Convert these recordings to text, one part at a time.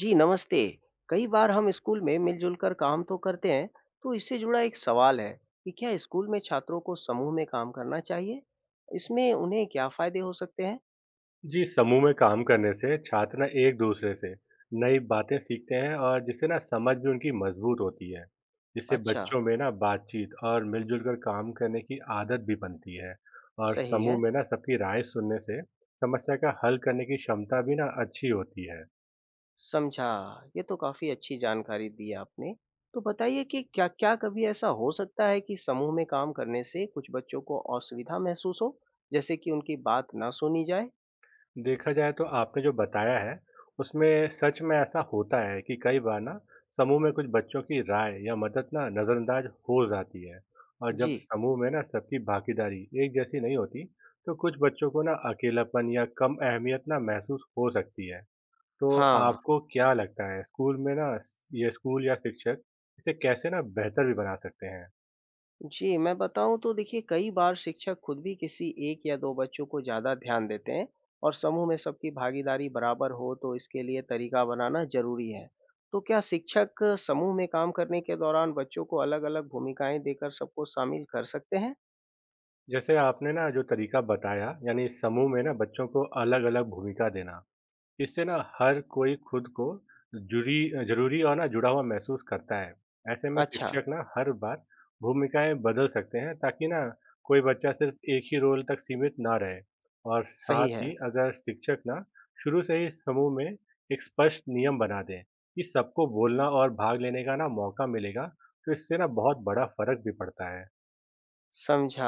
जी नमस्ते। कई बार हम स्कूल में मिलजुल कर काम तो करते हैं। तो इससे जुड़ा एक सवाल है कि क्या स्कूल में छात्रों को समूह में काम करना चाहिए? इसमें उन्हें क्या फायदे हो सकते हैं? जी, समूह में काम करने से छात्र ना एक दूसरे से नई बातें सीखते हैं और जिससे ना समझ भी उनकी मजबूत होती है। जिससे अच्छा। बच्चों में ना बातचीत और मिलजुल कर काम करने की आदत भी बनती है। और सही है। समूह में ना सबकी राय सुनने से समस्या का हल करने की क्षमता भी ना अच्छी होती है। समझा। ये तो काफी अच्छी जानकारी दी आपने। तो बताइए कि क्या क्या कभी ऐसा हो सकता है कि समूह में काम करने से कुछ बच्चों को असुविधा महसूस हो? जैसे कि उनकी बात ना सुनी जाए। देखा जाए तो आपने जो बताया है, उसमें सच में ऐसा होता है कि कई बार ना समूह में कुछ बच्चों की राय या मदद ना नज़रअंदाज हो जाती है। और जी। जब समूह में ना सबकी भागीदारी एक जैसी नहीं होती, तो कुछ बच्चों को ना अकेलापन या कम अहमियत ना महसूस हो सकती है। तो हाँ। आपको क्या लगता है स्कूल में ना ये स्कूल या शिक्षक इसे कैसे ना बेहतर भी बना सकते हैं? जी, मैं बताऊँ तो देखिए कई बार शिक्षक खुद भी किसी 1 या 2 बच्चों को ज़्यादा ध्यान देते हैं। और समूह में सबकी भागीदारी बराबर हो तो इसके लिए तरीका बनाना ज़रूरी है। तो क्या शिक्षक समूह में काम करने के दौरान बच्चों को अलग-अलग भूमिकाएँ देकर सबको शामिल कर सकते हैं? जैसे आपने ना जो तरीका बताया, यानी समूह में ना बच्चों को अलग-अलग भूमिका देना, इससे ना हर कोई खुद को जुड़ी ज़रूरी और ना जुड़ा हुआ महसूस करता है। ऐसे में अच्छा, शिक्षक ना हर बार भूमिकाएँ बदल सकते हैं ताकि ना कोई बच्चा सिर्फ एक ही रोल तक सीमित ना रहे। और सही साथ है, ही अगर शिक्षक ना शुरू से ही समूह में एक स्पष्ट नियम बना दें कि सबको बोलना और भाग लेने का ना मौका मिलेगा, तो इससे ना बहुत बड़ा फ़र्क भी पड़ता है। समझा।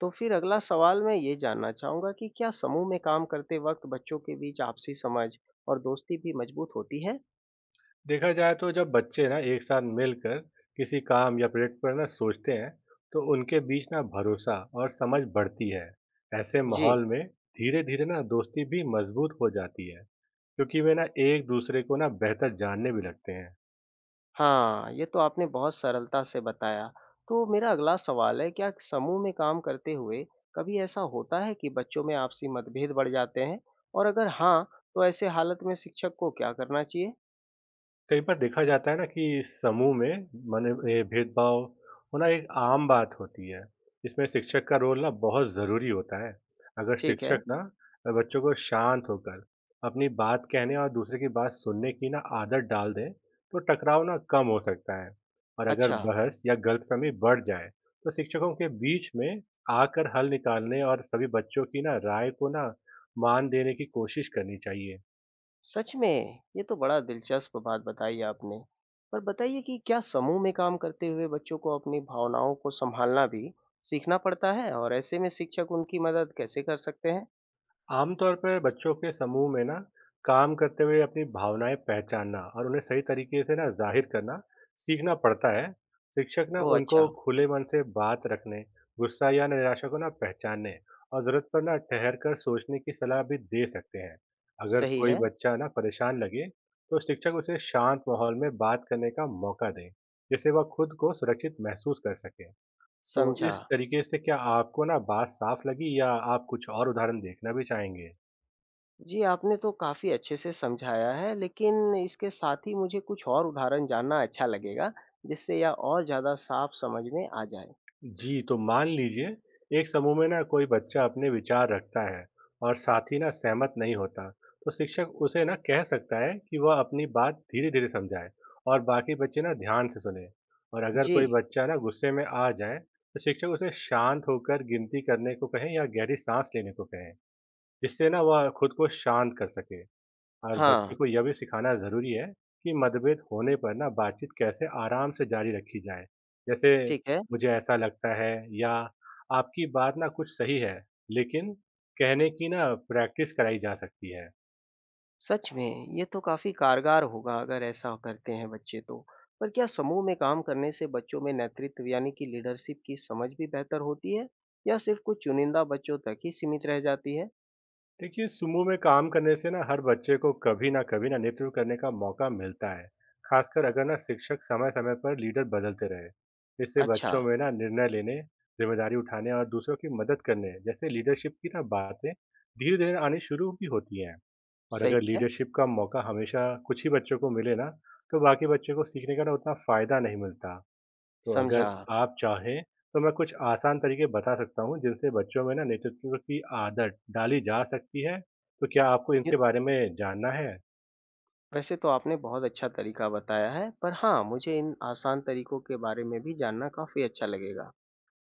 तो फिर अगला सवाल मैं ये जानना चाहूँगा कि क्या समूह में काम करते वक़्त बच्चों के बीच आपसी समझ और दोस्ती भी मज़बूत होती है? देखा जाए तो जब बच्चे ना एक साथ मिलकर किसी काम या प्रोजेक्ट पर ना सोचते हैं तो उनके बीच ना भरोसा और समझ बढ़ती है। ऐसे जी। माहौल में धीरे धीरे ना दोस्ती भी मजबूत हो जाती है क्योंकि वे ना एक दूसरे को ना बेहतर जानने भी लगते हैं। हाँ, ये तो आपने बहुत सरलता से बताया। तो मेरा अगला सवाल है, क्या समूह में काम करते हुए कभी ऐसा होता है कि बच्चों में आपसी मतभेद बढ़ जाते हैं? और अगर हाँ, तो ऐसे हालत में शिक्षक को क्या करना चाहिए? कई बार देखा जाता है ना कि समूह में माने ये भेदभाव होना एक आम बात होती है। इसमें शिक्षक का रोल ना बहुत ज़रूरी होता है। अगर ठीक है, शिक्षक ना बच्चों को शांत होकर अपनी बात कहने और दूसरे की बात सुनने की ना आदत डाल दें तो टकराव ना कम हो सकता है। और अगर अच्छा, बहस या गलतफहमी बढ़ जाए तो शिक्षकों के बीच में आकर हल निकालने और सभी बच्चों की ना राय को ना मान देने की कोशिश करनी चाहिए। सच में ये तो बड़ा दिलचस्प बात बताई आपने। पर बताइए कि क्या समूह में काम करते हुए बच्चों को अपनी भावनाओं को संभालना भी सीखना पड़ता है? और ऐसे में शिक्षक उनकी मदद कैसे कर सकते हैं? आमतौर पर बच्चों के समूह में ना काम करते हुए अपनी भावनाएं पहचानना और उन्हें सही तरीके से ना जाहिर करना सीखना पड़ता है। शिक्षक ना ओह उनको अच्छा, खुले मन से बात रखने, गुस्सा या निराशा को ना पहचानने और जरूरत पर ना ठहर कर सोचने की सलाह भी दे सकते हैं। अगर सही कोई है, बच्चा ना परेशान लगे तो शिक्षक उसे शांत माहौल में बात करने का मौका दें, जिससे वह खुद को सुरक्षित महसूस कर सके। तो समझा। इस तरीके से क्या आपको ना बात साफ लगी या आप कुछ और उदाहरण देखना भी चाहेंगे? जी, आपने तो काफ़ी अच्छे से समझाया है, लेकिन इसके साथ ही मुझे कुछ और उदाहरण जानना अच्छा लगेगा, जिससे यह और ज़्यादा साफ समझ में आ जाए। जी, तो मान लीजिए एक समूह में ना कोई बच्चा अपने विचार रखता है और साथी ना सहमत नहीं होता, तो शिक्षक उसे ना कह सकता है कि वह अपनी बात धीरे-धीरे समझाए और बाकी बच्चे ना ध्यान से सुने। और अगर जी, कोई बच्चा ना गुस्से में आ जाए, तो शिक्षक उसे शांत होकर गिनती करने को कहें या गहरी सांस लेने को कहें, जिससे ना वह खुद को शांत कर सके। और हाँ, बच्चों को यह भी सिखाना ज़रूरी है कि मतभेद होने पर ना बातचीत कैसे आराम से जारी रखी जाए। जैसे ठीक है। मुझे ऐसा लगता है या आपकी बात ना कुछ सही है, लेकिन कहने की ना प्रैक्टिस कराई जा सकती है। सच में, ये तो काफ़ी कारगर होगा अगर ऐसा करते हैं बच्चे तो। पर क्या समूह में काम करने से बच्चों में नेतृत्व यानी कि लीडरशिप की समझ भी बेहतर होती है, या सिर्फ़ कुछ चुनिंदा बच्चों तक ही सीमित रह जाती है? देखिए सुमो में काम करने से ना हर बच्चे को कभी ना कभी ना नेतृत्व करने का मौका मिलता है। खासकर अगर ना शिक्षक समय समय पर लीडर बदलते रहे, इससे अच्छा, बच्चों में ना निर्णय लेने, जिम्मेदारी उठाने और दूसरों की मदद करने जैसे लीडरशिप की ना बातें धीरे धीरे आनी शुरू भी होती हैं। और सही अगर है, लीडरशिप का मौका हमेशा कुछ ही बच्चों को मिले ना, तो बाकी बच्चों को सीखने का ना उतना फ़ायदा नहीं मिलता। तो अगर समझा। आप चाहें तो मैं कुछ आसान तरीके बता सकता हूँ जिनसे बच्चों में ना नेतृत्व की आदत डाली जा सकती है। तो क्या आपको इनके बारे में जानना है? वैसे तो आपने बहुत अच्छा तरीका बताया है, पर हाँ, मुझे इन आसान तरीकों के बारे में भी जानना काफ़ी अच्छा लगेगा।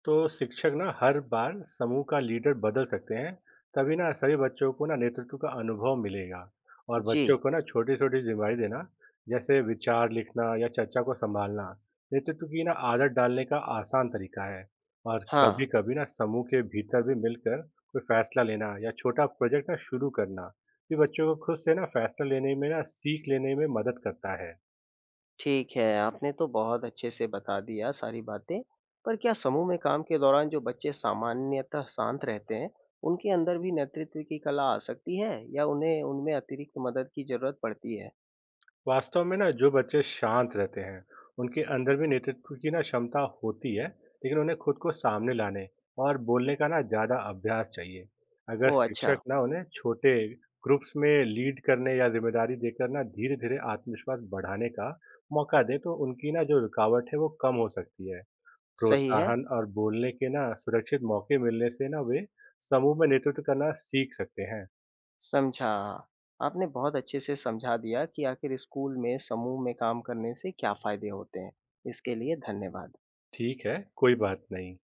तो शिक्षक ना हर बार समूह का लीडर बदल सकते हैं, तभी ना सभी बच्चों को ना नेतृत्व का अनुभव मिलेगा। और बच्चों जी, को ना छोटी छोटी जिम्मेदारी देना, जैसे विचार लिखना या चर्चा को संभालना, नेतृत्व की ना आदत डालने का आसान तरीका है। और हाँ, कभी कभी ना समूह के भीतर भी मिलकर कोई फैसला लेना या छोटा प्रोजेक्ट ना शुरू करना भी बच्चों को खुद से ना फैसला लेने में ना सीख लेने में मदद करता है। ठीक है, आपने तो बहुत अच्छे से बता दिया सारी बातें, पर क्या समूह में काम के दौरान जो बच्चे सामान्यतः शांत रहते हैं, उनके अंदर भी नेतृत्व की कला आ सकती है या उन्हें उनमें अतिरिक्त मदद की ज़रूरत पड़ती है? वास्तव में ना जो बच्चे शांत रहते हैं उनके अंदर भी नेतृत्व की ना क्षमता होती है, लेकिन उन्हें खुद को सामने लाने और बोलने का ना ज़्यादा अभ्यास चाहिए। अगर ओह अच्छा, शिक्षक ना उन्हें छोटे ग्रुप्स में लीड करने या जिम्मेदारी देकर ना धीरे धीरे आत्मविश्वास बढ़ाने का मौका दे तो उनकी ना जो रुकावट है वो कम हो सकती है। सही है। प्रोत्साहन और बोलने के ना सुरक्षित मौके मिलने से ना वे समूह में नेतृत्व करना सीख सकते हैं। समझा। हाँ। आपने बहुत अच्छे से समझा दिया कि आखिर स्कूल में समूह में काम करने से क्या फ़ायदे होते हैं। इसके लिए धन्यवाद। ठीक है, कोई बात नहीं।